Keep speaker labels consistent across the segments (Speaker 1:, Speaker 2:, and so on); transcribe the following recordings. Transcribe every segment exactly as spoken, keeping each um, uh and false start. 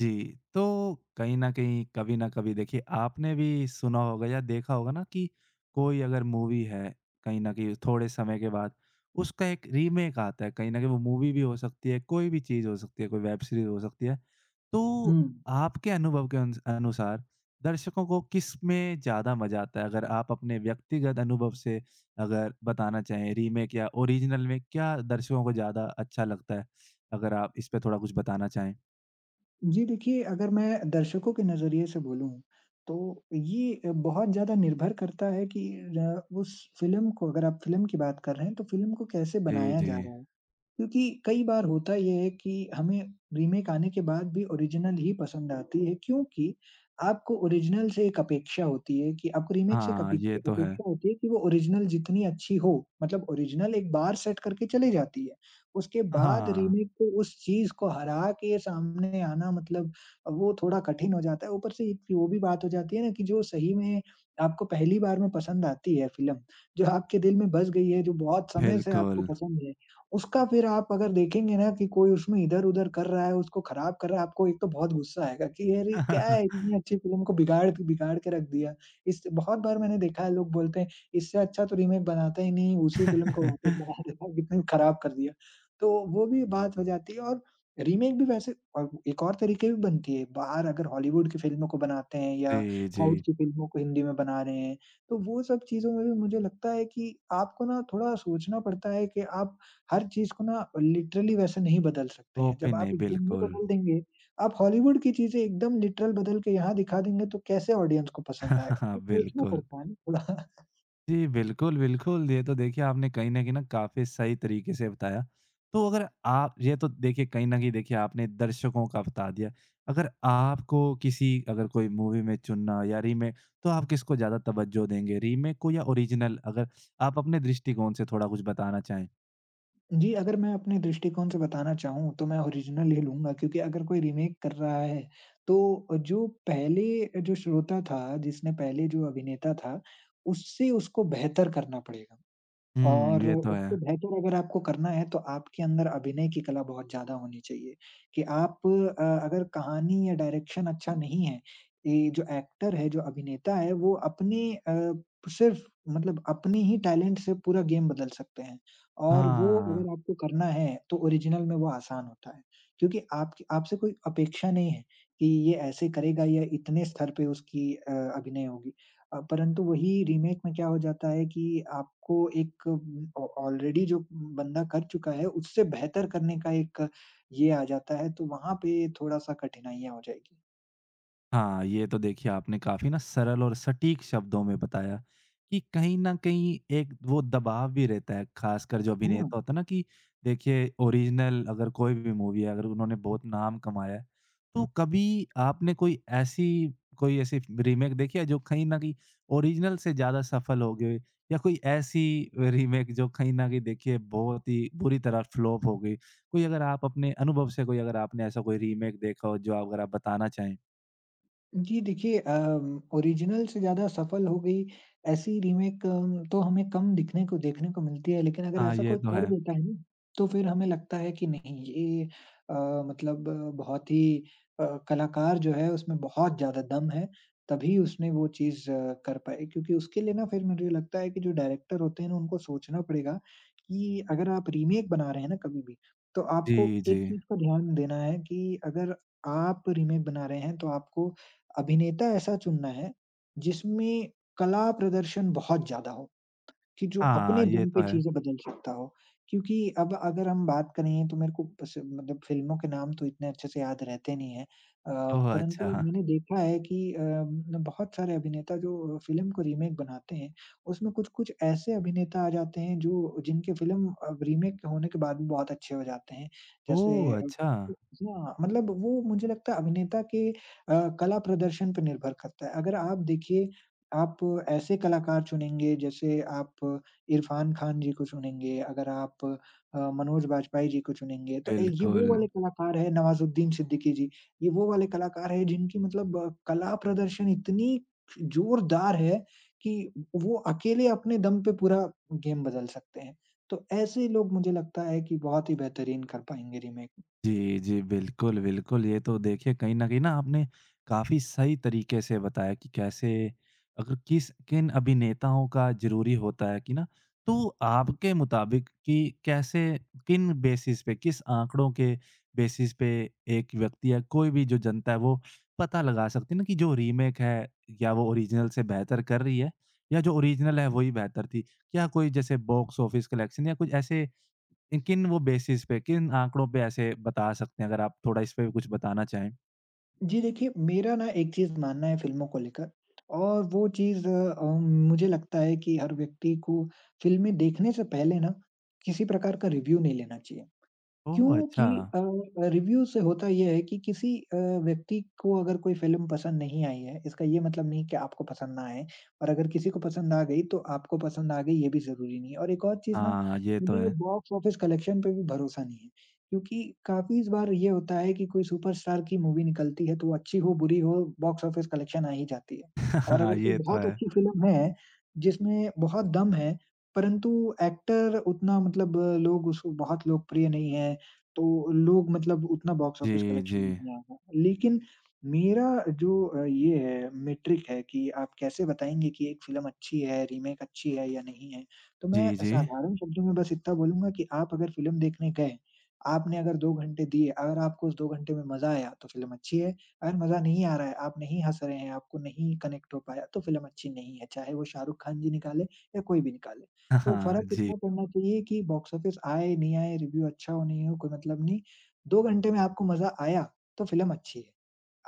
Speaker 1: जी, तो कहीं न कहीं, कभी न कभी देखिए आपने भी सुना होगा या देखा होगा ना कि कोई अगर मूवी है, कहीं न कहीं थोड़े समय के बाद उसका एक रीमेक आता है। कहीं न कहीं वो मूवी भी हो सकती है, कोई भी चीज़ हो सकती है, कोई वेब सीरीज़ हो सकती है। तो
Speaker 2: हुँ।
Speaker 1: आपके अनुभव के अनुस अनुसार दर्शकों को किसमें ज़्यादा मज़ा आता है? अगर आप अपने व्यक्तिगत अनुभव से अगर बताना चाहें रीमेक या ओरिजिनल में क्या दर्शकों को ज़्यादा अच्छा लगता है? अगर आप इस पे थोड़ा कुछ बताना चाहें?
Speaker 2: जी देखिए, अगर मैं दर्शकों के नज़रिए से बोलूँ, तो ये अ, बहुत ज़्यादा निर्भर करता है कि र उस फ़िल्म को अगर आप फ़िल्म की बात कर रहे हैं, तो फ़िल्म को कैसे
Speaker 1: जी,
Speaker 2: बनाया
Speaker 1: जी।
Speaker 2: जा रहा है। क्योंकि कई बार होता ये है कि हमें रीमेक आने के बाद भी ओरिजिनल ही पसंद आती है क्योंकि आपको ओरिजिनल से एक अपेक्षा होती है कि आपको रीमेक से एक
Speaker 1: हाँ,
Speaker 2: अपे-
Speaker 1: ये तो है।
Speaker 2: अपेक्षा होती है कि वो ओरिजिनल जितनी अच्छी हो। मतलब ओरिजिनल एक बार सेट करके चली जाती है, उसके बाद
Speaker 1: हाँ,
Speaker 2: रीमेक को उस चीज को हरा के सामने आना, मतलब वो थोड़ा कठिन हो जाता है। ऊपर से एक वो भी बात हो जाती है ना कि जो सही में आपको पहली बार में पसंद आती है फिल्म, जो आपके दिल में बस गई है, जो बहुत समय से आपको
Speaker 1: बिल्कुल।
Speaker 2: पसंद है, उसका फिर आप अगर देखेंगे ना कि कोई उसमें इधर-उधर कर रहा है, उसको खराब कर रहा है, आपको एक तो बहुत गुस्सा आएगा कि अरे क्या है इतनी अच्छी फ़िल्म को बिगाड़ बिगाड़ के रख दिया। इस बहुत बार मैंने देखा है लोग बोलते हैं इससे अच्छा तो रीमेक बनाते ही नहीं, उसी फ़िल्म को वापस बना देना कितनी खराब कर दिया। तो वो भी बात हो जाती है। और रीमेक भी वैसे और एक और तरीके भी बनती है। बाहर अगर हॉलीवुड की फ़िल्मों को बनाते हैं या
Speaker 1: जी,
Speaker 2: साउथ
Speaker 1: जी।
Speaker 2: की फ़िल्मों को हिंदी में बना रहे हैं, तो वो सब चीज़ों में भी मुझे लगता है कि आपको ना थोड़ा सोचना पड़ता है कि आप हर चीज़ को ना लिटरली वैसे नहीं बदल सकते हैं।
Speaker 1: कॉपी
Speaker 2: जब
Speaker 1: नहीं,
Speaker 2: आप एकदम ही
Speaker 1: बिल्कुल।
Speaker 2: बदल देंगे, आप हॉलीवुड की चीज़ें एकदम लिटरल बदल के यहाँ दिखा देंगे तो कैसे ऑडियंस को पसंद आएगा?
Speaker 1: हाँ
Speaker 2: तो सोचना
Speaker 1: बिल्कुल।
Speaker 2: पड़ता है ना थोड़ा।
Speaker 1: जी, बिल्कुल, बिल्कुल। ये तो देखिए आपने कहीं न कहीं ना काफ़ी सही तरीके से बताया। तो अगर आप ये तो देखिए कहीं न कहीं देखिए आपने दर्शकों का बता दिया। अगर आपको किसी अगर कोई मूवी में चुनना या रीमेक तो आप किसको ज़्यादा तवज्जो देंगे, रीमेक को या ओरिजिनल? अगर आप अपने दृष्टिकोण से थोड़ा कुछ बताना चाहें।
Speaker 2: जी, अगर मैं अपने दृष्टिकोण से बताना चाहूँ तो मैं ओरिजिनल ही लूँगा क्योंकि अगर कोई रीमेक कर रहा है तो जो पहले जो श्रोता था, जिसने पहले जो अभिनेता था, उससे उसको बेहतर करना पड़ेगा।
Speaker 1: हुँ,
Speaker 2: और
Speaker 1: ये तो
Speaker 2: उससे
Speaker 1: है।
Speaker 2: बेहतर अगर आपको करना है तो आपके अंदर अभिनय की कला बहुत ज़्यादा होनी चाहिए, कि आप अ, अगर कहानी या डायरेक्शन अच्छा नहीं है, ये जो एक्टर है, जो अभिनेता है वो अपने अ, सिर्फ़ मतलब अपने ही टैलेंट से पूरा गेम बदल सकते हैं और वो
Speaker 1: हाँ।
Speaker 2: अगर आपको करना है तो ओरिजिनल में वो आसान होता है। क्योंकि आपकी आपसे कोई अपेक्षा नहीं है कि ये ऐसे करेगा या इतने स्तर पे उसकी अ, अभिनय होगी। अ, परंतु वही रीमेक में क्या हो जाता है कि आपको एक ऑ ऑलरेडी जो बंदा कर चुका है, उससे बेहतर करने का एक ये आ जाता है, तो वहाँ पे थोड़ा-सा कठिनाइयाँ हो जाएगी।
Speaker 1: हाँ, ये तो देखिए आपने काफ़ी ना सरल और सटीक शब्दों में बताया कि कहीं न कहीं एक वो दबाव भी रहता है, ख़ासकर जो
Speaker 2: हुँ।
Speaker 1: अभिनेता होता है ना कि देखिए ओरिजिनल अगर कोई भी मूवी है, अगर उन्होंने बहुत नाम कमाया है, तो कभी आपने कोई ऐसी कोई ऐसी रीमेक देखी है जो कहीं न कहीं ओरिजिनल से ज़्यादा सफल हो गए या कोई ऐसी रीमेक जो कहीं न कहीं देखिए बहुत ही बुरी तरह फ्लॉप हो गई? कोई अगर आप अपने अनुभव से कोई अगर आपने ऐसा कोई रीमेक देखा हो जो आप अगर आप बताना चाहें?
Speaker 2: जी देखिए अम, ओरिजिनल से ज़्यादा सफल हो गई ऐसी रीमेक अम, तो हमें कम दिखने को देखने को मिलती है। लेकिन अगर
Speaker 1: हाँ,
Speaker 2: ऐसा
Speaker 1: ये
Speaker 2: कोई
Speaker 1: तो
Speaker 2: कर
Speaker 1: है।
Speaker 2: देता है ना तो फिर हमें लगता है कि नहीं ये अ, मतलब अ, बहुत ही अ, कलाकार जो है उसमें बहुत ज़्यादा दम है तभी उसने वो चीज़ अ, कर पाई। क्योंकि उसके लिए ना फिर मुझे लगता है कि जो डायरेक्टर होते हैं ना उनको सोचना पड़ेगा कि अगर आप रीमेक बना रहे हैं ना कभी भी तो आपको
Speaker 1: जी, जी।
Speaker 2: एक चीज़ का ध्यान देना है कि अगर आप रीमेक बना रहे हैं तो आपको अभिनेता ऐसा चुनना है जिसमें कला प्रदर्शन बहुत ज़्यादा हो। कि जो
Speaker 1: हाँ,
Speaker 2: अपने
Speaker 1: ये
Speaker 2: दम
Speaker 1: तो
Speaker 2: पे
Speaker 1: है।
Speaker 2: चीज़ें बदल सकता हो। क्योंकि अब अगर हम बात करें तो मेरे को बस मतलब फ़िल्मों के नाम तो इतने अच्छे से याद रहते नहीं हैं। अ,
Speaker 1: ओह!
Speaker 2: परंतु
Speaker 1: अच्छा।
Speaker 2: मैंने देखा है कि अ, न बहुत सारे अभिनेता जो फ़िल्म को रीमेक बनाते हैं, उसमें कुछ-कुछ ऐसे अभिनेता आ जाते हैं जो जिनके फ़िल्म अब रीमेक होने के बाद भी बहुत अच्छे हो जाते हैं। जैसे
Speaker 1: ओह!
Speaker 2: अ,
Speaker 1: अच्छा।
Speaker 2: हाँ, मतलब वो मुझे लगता है अभिनेता के अ, कला प्रदर्शन पे निर्भर करता है। अगर आप देखिए आप ऐसे कलाकार चुनेंगे जैसे आप इरफ़ान खान जी को चुनेंगे, अगर आप अ, मनोज बाजपेयी जी को चुनेंगे, तो ए ये
Speaker 1: बिल्कुल।
Speaker 2: वो वाले कलाकार हैं, नवाज़ुद्दीन सिद्दीकी जी, ये वो वाले कलाकार हैं जिनकी मतलब अ, कला प्रदर्शन इतनी जोरदार है कि वो अकेले अपने दम पे पूरा गेम बदल सकते हैं। तो ऐसे लोग मुझे लगता है कि बहुत ही बेहतरीन कर पाएँगे रीमेक।
Speaker 1: जी, जी। बिल्कुल, बिल्कुल। ये तो देखिए कहीं न कहीं ना आपने काफ़ी सही तरीके से बताया कि कैसे अगर किस किन अभिनेताओं का ज़रूरी होता है कि ना तो आपके मुताबिक कि कैसे किन बेसिस पे, किस आँकड़ों के बेसिस पे एक व्यक्ति या कोई भी जो जनता है वो पता लगा सकती है ना कि जो रीमेक है या वो ओरिजिनल से बेहतर कर रही है या जो ओरिजिनल है वही बेहतर थी? क्या कोई जैसे बॉक्स ऑफिस कलेक्शन या कुछ ऐसे इन किन वो बेसिस पे, किन आँकड़ों पे ऐसे बता सकते हैं? अगर आप थोड़ा इस पे भी कुछ बताना चाहें।
Speaker 2: जी देखिए, मेरा ना एक चीज़ मानना है फ़िल्मों को लेकर और वो चीज़ अ, अ, मुझे लगता है कि हर व्यक्ति को फ़िल्में देखने से पहले ना किसी प्रकार का रिव्यू नहीं लेना चाहिए।
Speaker 1: ओह!
Speaker 2: क्योंकि
Speaker 1: अच्छा।
Speaker 2: अ, रिव्यू से होता ये है कि किसी अ, व्यक्ति को अगर कोई फ़िल्म पसंद नहीं आई है, इसका ये मतलब नहीं कि आपको पसंद ना आए और अगर किसी को पसंद आ गई, तो आपको पसंद आ गई ये भी ज़रूरी नहीं है। और एक और चीज़ ना,
Speaker 1: हाँ, ये तो
Speaker 2: मुझे ये
Speaker 1: है।
Speaker 2: बॉक्स ऑफिस कलेक्शन पे भी भरोसा नहीं है, क्योंकि काफ़ी बार ये होता है कि कोई सुपरस्टार की मूवी निकलती है, तो वो अच्छी हो, बुरी हो, बॉक्स ऑफिस कलेक्शन आ ही जाती है। और
Speaker 1: हाँ
Speaker 2: अगर कोई
Speaker 1: ये तो
Speaker 2: बहुत
Speaker 1: है।
Speaker 2: अच्छी फ़िल्म है, जिसमें बहुत दम है, परंतु एक्टर उतना मतलब अ, लोग उसको बहुत लोकप्रिय नहीं है तो लोग मतलब उतना बॉक्स ऑफिस
Speaker 1: जी, जी।
Speaker 2: कलेक्शन नहीं आएगा। लेकिन मेरा जो अ, ये है मीट्रिक है कि आप कैसे बताएँगे कि एक फ़िल्म अच्छी है, रीमेक अच्छी है या नहीं है। तो
Speaker 1: जी,
Speaker 2: मैं
Speaker 1: जी।
Speaker 2: साधारण शब्दों में बस इतना बोलूँगा कि आप अगर फ़िल्म देखने गए, आपने अगर दो घंटे दिए, अगर आपको उस दो घंटे में मज़ा आया तो फ़िल्म अच्छी है, अगर मज़ा नहीं आ रहा है, आप नहीं हँस रहे हैं, आपको नहीं कनेक्ट हो पाया तो फ़िल्म अच्छी नहीं है, चाहे वो शाहरुख खान जी निकाले या कोई भी निकाले।
Speaker 1: हाँ,
Speaker 2: तो
Speaker 1: हाँ।
Speaker 2: फ़र्क
Speaker 1: जी।
Speaker 2: इतना पड़ना चाहिए कि बॉक्स ऑफिस आए, नहीं आए, रिव्यू अच्छा हो, नहीं हो, कोई मतलब नहीं। दो घंटे में आपको मज़ा आया, तो फ़िल्म अच्छी है।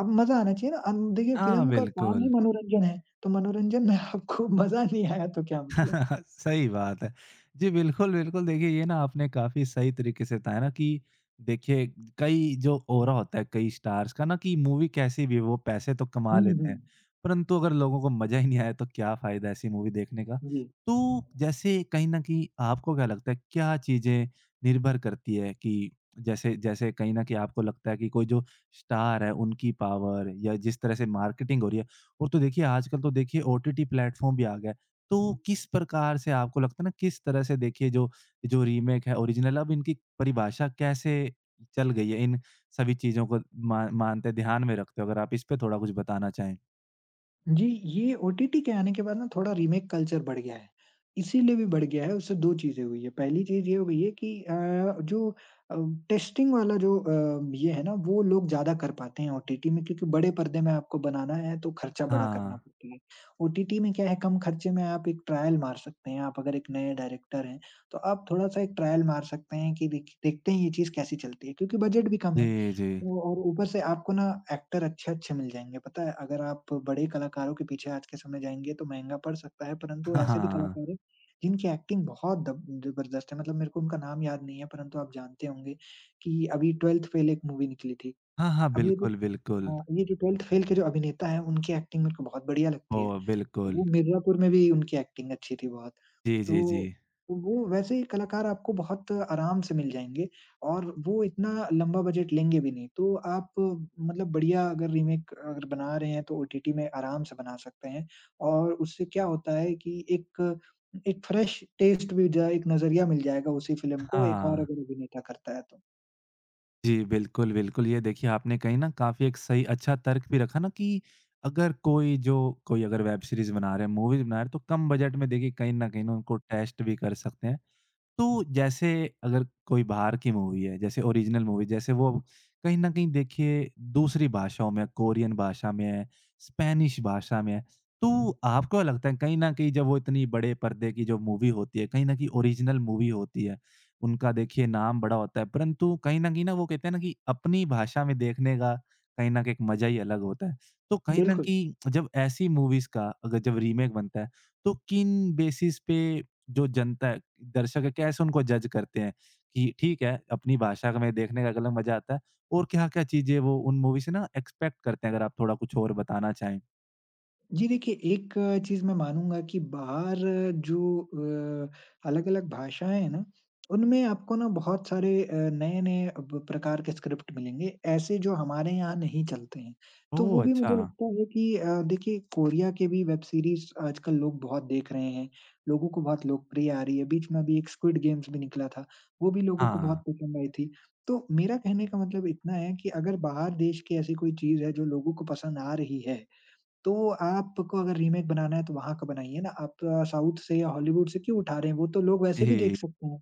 Speaker 2: अब मज़ा आना चाहिए ना। अन देखिए
Speaker 1: हाँ,
Speaker 2: फ़िल्म का काम ही
Speaker 1: बिल्कुल।
Speaker 2: मनोरंजन है, तो मनोरंजन में आपको मज़ा नहीं आया तो क्या मतलब?
Speaker 1: सही बात है। जी, बिल्कुल, बिल्कुल देखिए ये ना आपने काफ़ी सही तरीके से बताया ना कि देखिए कई जो ऑरा होता है कई स्टार्स का ना कि मूवी कैसी भी हो वो पैसे तो कमा
Speaker 2: हुँ, हुँ।
Speaker 1: लेते हैं। परंतु अगर लोगों को मज़ा ही नहीं आया तो क्या फ़ायदा ऐसी मूवी देखने का।
Speaker 2: जी।
Speaker 1: तो जैसे कहीं न कहीं आपको क्या लगता है क्या चीज़ें निर्भर करती है कि जैसे जैसे कहीं न कहीं आपको लगता है कि कोई जो स्टार है उनकी पावर या जिस तरह से मार्केटिंग हो रही है। और तो देखिए आजकल तो देखिए ओटीटी प्लेटफ़ॉर्म भी आ गया है। तो किस प्रकार से आपको लगता है ना किस तरह से देखिए जो जो रीमेक है ओरिजिनल अब इनकी परिभाषा कैसे चल गई है इन सभी चीज़ों को मा मानते ध्यान में रखते हो? अगर आप इस पे थोड़ा कुछ बताना चाहें?
Speaker 2: जी, ये ओटीटी के आने के बाद ना थोड़ा रीमेक कल्चर बढ़ गया है। इसीलिए भी बढ़ गया है, उससे दो चीज़ें हुई है। पहली चीज़ ये हो गई है कि अ, जो अ, टेस्टिंग वाला जो अ, ये है ना वो लोग ज़्यादा कर पाते हैं ओटीटी में क्योंकि बड़े पर्दे में आपको बनाना है तो खर्चा बड़ा करना
Speaker 1: हाँ।
Speaker 2: पड़ता है। ओटीटी में क्या है कम खर्चे में आप एक ट्रायल मार सकते हैं, आप अगर एक नए डायरेक्टर हैं, तो आप थोड़ा-सा एक ट्रायल मार सकते हैं कि देख देखते हैं ये चीज़ कैसी चलती है क्योंकि बजट भी कम है।
Speaker 1: जी, जी।
Speaker 2: वो और ऊपर से आपको ना एक्टर अच्छे-अच्छे मिल जाएँगे, पता है? अगर आप बड़े कलाकारों के पीछे आज के समय जाएँगे तो महँगा पड़ सकता है, परंतु
Speaker 1: हाँ,
Speaker 2: ऐसे भी
Speaker 1: हाँ।
Speaker 2: कलाकार हैं, जिनकी एक्टिंग बहुत दब ज़बरदस्त है। मतलब मेरे को उनका नाम याद नहीं है, परंतु आप जानते होंगे कि अभी ट्वेल्थ फ़ेल एक मूवी निकली थी।
Speaker 1: हाँ, हाँ,
Speaker 2: अभी-अभी
Speaker 1: बिल्कुल, बिल्कुल।
Speaker 2: हाँ, ये जो ट्वेल्थ फ़ेल के जो अभिनेता हैं, उनकी एक्टिंग मेरे को बहुत बढ़िया लगती है।
Speaker 1: ओह! बिल्कुल।
Speaker 2: वो मिर्ज़ापुर में भी उनकी एक्टिंग अच्छी थी बहुत।
Speaker 1: जी, जी, जी।
Speaker 2: तो वो वैसे ही कलाकार आपको बहुत आराम से मिल जाएँगे और वो इतना लंबा बजट लेंगे भी नहीं। तो आप मतलब बढ़िया अगर रीमेक अगर बना रहे हैं तो ओटीटी में आराम से बना सकते हैं और उससे क्या होता है कि एक एक फ्रेश टेस्ट भी जाए एक नज़रिया मिल जाएगा उसी फ़िल्म को एक और
Speaker 1: हाँ।
Speaker 2: अगर अभिनेता करता है तो।
Speaker 1: जी, बिल्कुल, बिल्कुल। ये देखिए आपने कहीं न काफ़ी एक सही अच्छा तर्क भी रखा ना कि अगर कोई जो कोई अगर वेब सीरीज़ बना रहा है, मूवीज़ बना रहा है तो कम बजट में देखिए कहीं न कहीं न उनको टेस्ट भी कर सकते हैं। तो जैसे अगर कोई बाहर की मूवी है, जैसे ओरिजिनल मूवी जैसे वो कहीं न कहीं देखिए दूसरी भाषाओं में है, कोरियन भाषा में है, स्पेनिश भाषा में है। तो आपको लगता है कहीं न कहीं जब वो इतनी बड़े पर्दे की जो मूवी होती है, कहीं न कहीं ओरिजिनल मूवी होती है, उनका देखिए नाम बड़ा होता है, परंतु कहीं न कहीं ना वो कहते हैं ना कि अपनी भाषा में देखने का कहीं न कहीं एक मज़ा ही अलग होता है। तो कहीं न
Speaker 2: बिल्कुल।
Speaker 1: कहीं जब ऐसी मूवीज़ का अगर जब रीमेक बनता है, तो किन बेसिस पे जो जनता है, दर्शक है, कैसे उनको जज करते हैं कि ठीक है, अपनी भाषा का में देखने का एक अलग मज़ा आता है और क्या-क्या चीज़ें वो उन मूवी से ना एक्सपेक्ट करते हैं? अगर आप थोड़ा कुछ और बताना चाहें।
Speaker 2: जी देखिए, एक चीज़ मैं मानूँगा कि बाहर जो अ, अलग-अलग भाषाएँ हैं ना, उनमें आपको ना बहुत सारे अ, नए-नए ब प्रकार के स्क्रिप्ट मिलेंगे, ऐसे जो हमारे यहाँ नहीं चलते हैं। तो वो
Speaker 1: ओह!
Speaker 2: भी
Speaker 1: अच्छा।
Speaker 2: मुझे लगता है कि अ, देखिए कोरिया के भी वेब सीरीज़ आजकल लोग बहुत देख रहे हैं, लोगों को बहुत लोकप्रिय आ रही है, बीच में अभी एक स्क्विड गेम्स भी निकला था, वो भी लोगों को
Speaker 1: हाँ।
Speaker 2: बहुत पसंद आई थी। तो मेरा कहने का मतलब इतना है कि अगर बाहर देश की ऐसी कोई चीज़ है जो लोगों को पसंद आ रही है, तो आपको अगर रीमेक बनाना है तो वहाँ का बनाइए ना, आप अ, साउथ से या हॉलीवुड से क्यों उठा रहे हैं? वो तो लोग वैसे भी देख
Speaker 1: जी,
Speaker 2: सकते हैं।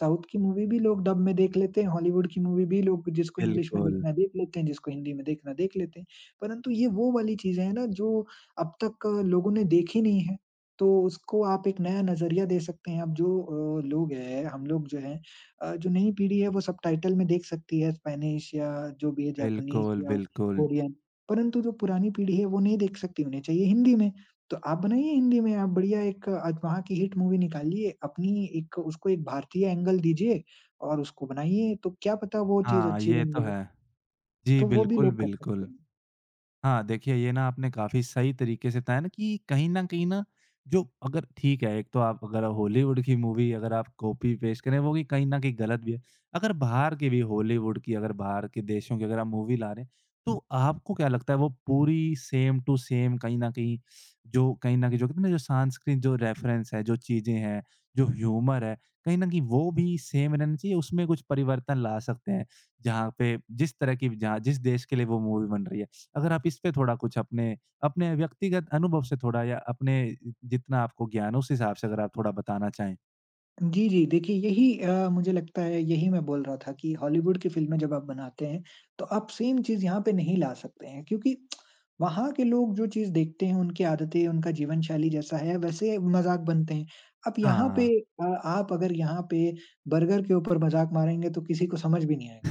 Speaker 2: साउथ की मूवी भी लोग डब में देख लेते हैं, हॉलीवुड की मूवी भी लोग जिसको इंग्लिश में
Speaker 1: बिल्कुल,
Speaker 2: देखना है देख लेते हैं, जिसको हिंदी में देखना है देख लेते हैं। परंतु ये वो वाली चीज़ें हैं ना जो अब तक अ, लोगों ने देखी नहीं है, तो उसको आप एक नया नज़रिया दे सकते हैं। अब जो अ, लोग हैं, हम लोग जो हैं अ, जो नई पीढ़ी है वो सबटाइटल में देख सकती है स्पेनिश या जो भी है जैपनीज़
Speaker 1: बिल्कुल,
Speaker 2: या
Speaker 1: बिल्कुल।
Speaker 2: कोरियन। परंतु जो पुरानी पीढ़ी है वो नहीं देख सकती, उन्हें चाहिए हिंदी में। तो आप बनाइए हिंदी में, आप बढ़िया एक आज वहाँ की हिट मूवी निकालिए, अपनी एक उसको एक भारतीय एंगल दीजिए और उसको बनाइए, तो क्या पता वो चीज़
Speaker 1: हाँ,
Speaker 2: अच्छी
Speaker 1: ये
Speaker 2: बन
Speaker 1: तो
Speaker 2: जाए।
Speaker 1: है। जी,
Speaker 2: तो वो भी
Speaker 1: बिल्कुल,
Speaker 2: लोग कर सकते
Speaker 1: बिल्कुल।
Speaker 2: हैं।
Speaker 1: हाँ, देखिए ये ना आपने काफ़ी सही तरीके से बताया ना कि कहीं न कहीं ना जो अगर ठीक है, एक तो आप अगर हॉलीवुड की मूवी अगर आप कॉपी पेस्ट करें वो भी कहीं न कहीं गलत भी है। अगर बाहर की भी हॉलीवुड की अगर बाहर के देशों की अगर आप मूवी ला रहे हैं, तो आपको क्या लगता है वो पूरी सेम टू सेम कहीं न कहीं जो कहीं न कहीं जो कहते हैं ना जो सांस्कृतिक जो रेफ़रेंस है, जो चीज़ें हैं, जो ह्यूमर है, कहीं न कहीं वो भी सेम रहना चाहिए, उसमें कुछ परिवर्तन ला सकते हैं, जहाँ पे जिस तरह की जहाँ जिस देश के लिए वो मूवी बन रही है। अगर आप इस पे थोड़ा कुछ अपने अपने व्यक्तिगत अनुभव से थोड़ा या अपने जितना आपको ज्ञान है, उस हिसाब से अगर आप थोड़ा बताना चाहें।
Speaker 2: जी, जी। देखिए यही अ, मुझे लगता है यही मैं बोल रहा था कि हॉलीवुड की फ़िल्में जब आप बनाते हैं, तो आप सेम चीज़ यहाँ पे नहीं ला सकते हैं क्योंकि वहाँ के लोग जो चीज़ देखते हैं, उनकी आदतें, उनका जीवन शैली जैसा है वैसे मज़ाक बनते हैं। अब यहाँ
Speaker 1: हाँ।
Speaker 2: पे अ, आप अगर यहाँ पे बर्गर के ऊपर मज़ाक मारेंगे तो किसी को समझ भी नहीं आएगा।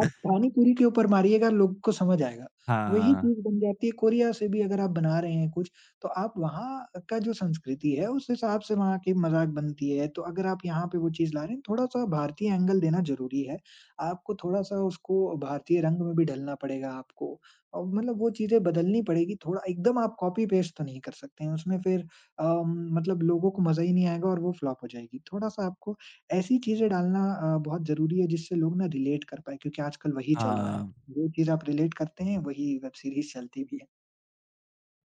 Speaker 2: आप पानी-पूरी के ऊपर मारिएगा, लोग को समझ आएगा। वही
Speaker 1: हाँ,
Speaker 2: चीज़ बन जाती है कोरिया से भी अगर आप बना रहे हैं कुछ, तो आप वहाँ का जो संस्कृति है, उस हिसाब से वहाँ की मज़ाक बनती है। तो अगर आप यहाँ पे वो चीज़ ला रहे हैं, थोड़ा-सा भारतीय एंगल देना ज़रूरी है। आपको थोड़ा-सा उसको भारतीय रंग में भी ढलना पड़ेगा आपको। और मतलब वो चीज़ें बदलनी पड़ेगी थोड़ा। एकदम आप कॉपी पेस्ट तो नहीं कर सकते हैं। उसमें फिर अ, मतलब लोगों को मज़ा ही नहीं आएगा और वो फ्लॉप हो जाएगी। थोड़ा-सा आपको ऐसी चीज़ें डालना अ, बहुत ज़रूरी है जिससे लोग ना रिलेट कर पाएँ क्योंकि आजकल वही चल रहा है।
Speaker 1: हाँ।
Speaker 2: जो चीज़ आप रिलेट करते हैं वही वेब सीरीज़ चलती भी है।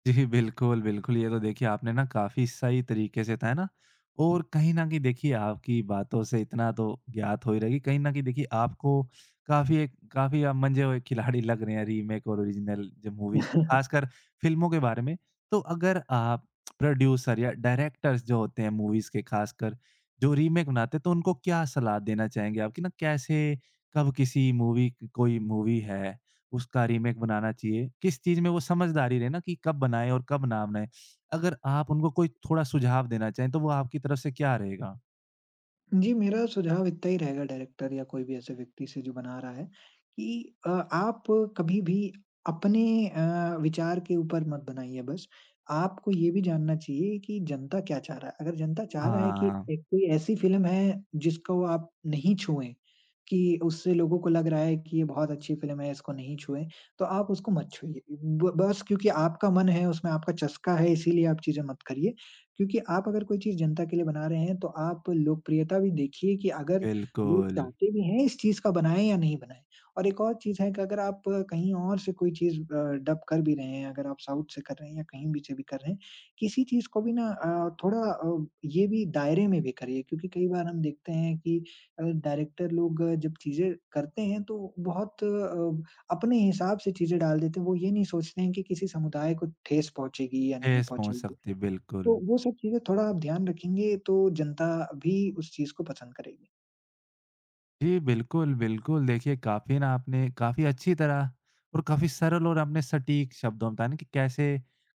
Speaker 1: जी, बिल्कुल, बिल्कुल। ये तो देखिए आपने ना काफ़ी सही तरीके से बताया ना और कहीं न कहीं देखिए आपकी बातों से इतना तो ज्ञात हो ही रहा है कि कहीं न कहीं देखिए आपको काफ़ी एक काफ़ी आप मंझे हुए खिलाड़ी लग रहे हैं रीमेक और ओरिजिनल जो मूवीज़ को, ख़ासकर फ़िल्मों के बारे में। तो अगर आप प्रोड्यूसर या डायरेक्टर्स जो होते हैं मूवीज़ के ख़ासकर जो रीमेक बनाते हैं, तो उनको क्या सलाह देना चाहेंगे आप कि ना कैसे कब किसी मूवी कोई मूवी है उसका रीमेक बनाना चाहिए। किस चीज़ में वो समझदारी रहे ना कि कब बनाएँ और कब ना बनाएँ। अगर आप उनको कोई थोड़ा सुझाव देना चाहें, तो वो आपकी तरफ से क्या रहेगा?
Speaker 2: जी, मेरा सुझाव इतना ही रहेगा डायरेक्टर या कोई भी ऐसे व्यक्ति से जो बना रहा है कि अ, आप कभी भी अपने अ, विचार के ऊपर मत बनाइए बस। आपको ये भी जानना चाहिए कि जनता क्या चाह रहा है। अगर जनता चाह रहा है कि
Speaker 1: हाँ,
Speaker 2: एक कोई ऐसी फ़िल्म है जिसको आप नहीं छुएँ, कि उससे लोगों को लग रहा है कि ये बहुत अच्छी फ़िल्म है, इसको नहीं छुएँ, तो आप उसको मत छुइए। ब बस क्योंकि आपका मन है उसमें आपका चस्का है इसीलिए आप चीज़ें मत करिए। क्योंकि आप अगर कोई चीज़ जनता के लिए बना रहे हैं, तो आप लोकप्रियता भी देखिए कि अगर लोग
Speaker 1: बिल्कुल।
Speaker 2: चाहते भी हैं इस चीज़ का बनाएँ या नहीं बनाएँ। और एक और चीज़ है कि अगर आप कहीं और से कोई चीज़ अ, डब कर भी रहे हैं, अगर आप साउथ से कर रहे हैं या कहीं भी से भी कर रहे हैं, किसी चीज़ को भी ना अ, थोड़ा अ, ये भी दायरे में भी करिए क्योंकि कई बार हम देखते हैं कि अ, डायरेक्टर लोग अ, जब चीज़ें करते हैं तो बहुत अ, अपने हिसाब से चीज़ें डाल देते हैं। वो ये नहीं सोचते हैं कि किसी समुदाय को ठेस पहुँचेगी या नहीं
Speaker 1: ठेस पहुँच
Speaker 2: पहुँचेगी।
Speaker 1: सकती है, बिल्कुल।
Speaker 2: तो वो सब चीज़ें थोड़ा आप ध्यान रखेंगे तो जनता भी उस चीज़ को पसंद करेगी।
Speaker 1: जी, बिल्कुल, बिल्कुल। देखिए, काफ़ी ना आपने काफ़ी अच्छी तरह और काफ़ी सरल और आपने सटीक शब्दों में बताया ना कि कैसे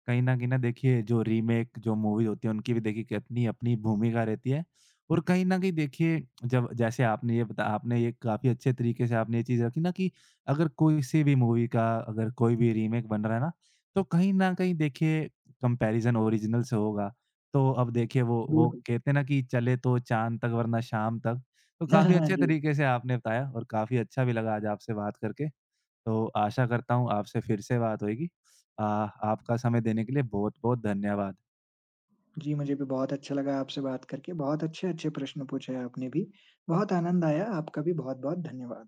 Speaker 1: कहीं न कहीं ना देखिए जो रीमेक जो मूवी होती है, उनकी भी देखिए कितनी अपनी भूमिका रहती है। और कहीं न कहीं देखिए जब जैसे आपने ये बता आपने ये काफ़ी अच्छे तरीके से आपने ये चीज़ रखी ना कि अगर कोई-सी भी मूवी का अगर कोई भी रीमेक बन रहा है ना, तो कहीं न कहीं देखिए कंपैरिज़न ओरिजिनल से होगा। तो अब देखिए वो वो
Speaker 2: बिल्कुल।
Speaker 1: कहते हैं ना कि चले तो चाँद तक वरना शाम तक। तो काफ़ी अच्छे
Speaker 2: जी।
Speaker 1: तरीके से आपने बताया और काफ़ी अच्छा भी लगा आज आपसे बात करके। तो आशा करता हूँ आपसे फिर से बात होएगी। अ, आपका समय देने के लिए बहुत-बहुत धन्यवाद।
Speaker 2: जी, मुझे भी बहुत अच्छा लगा आपसे बात करके। बहुत अच्छे-अच्छे प्रश्न पूछे आपने भी। बहुत आनंद आया। आपका भी बहुत-बहुत धन्यवाद।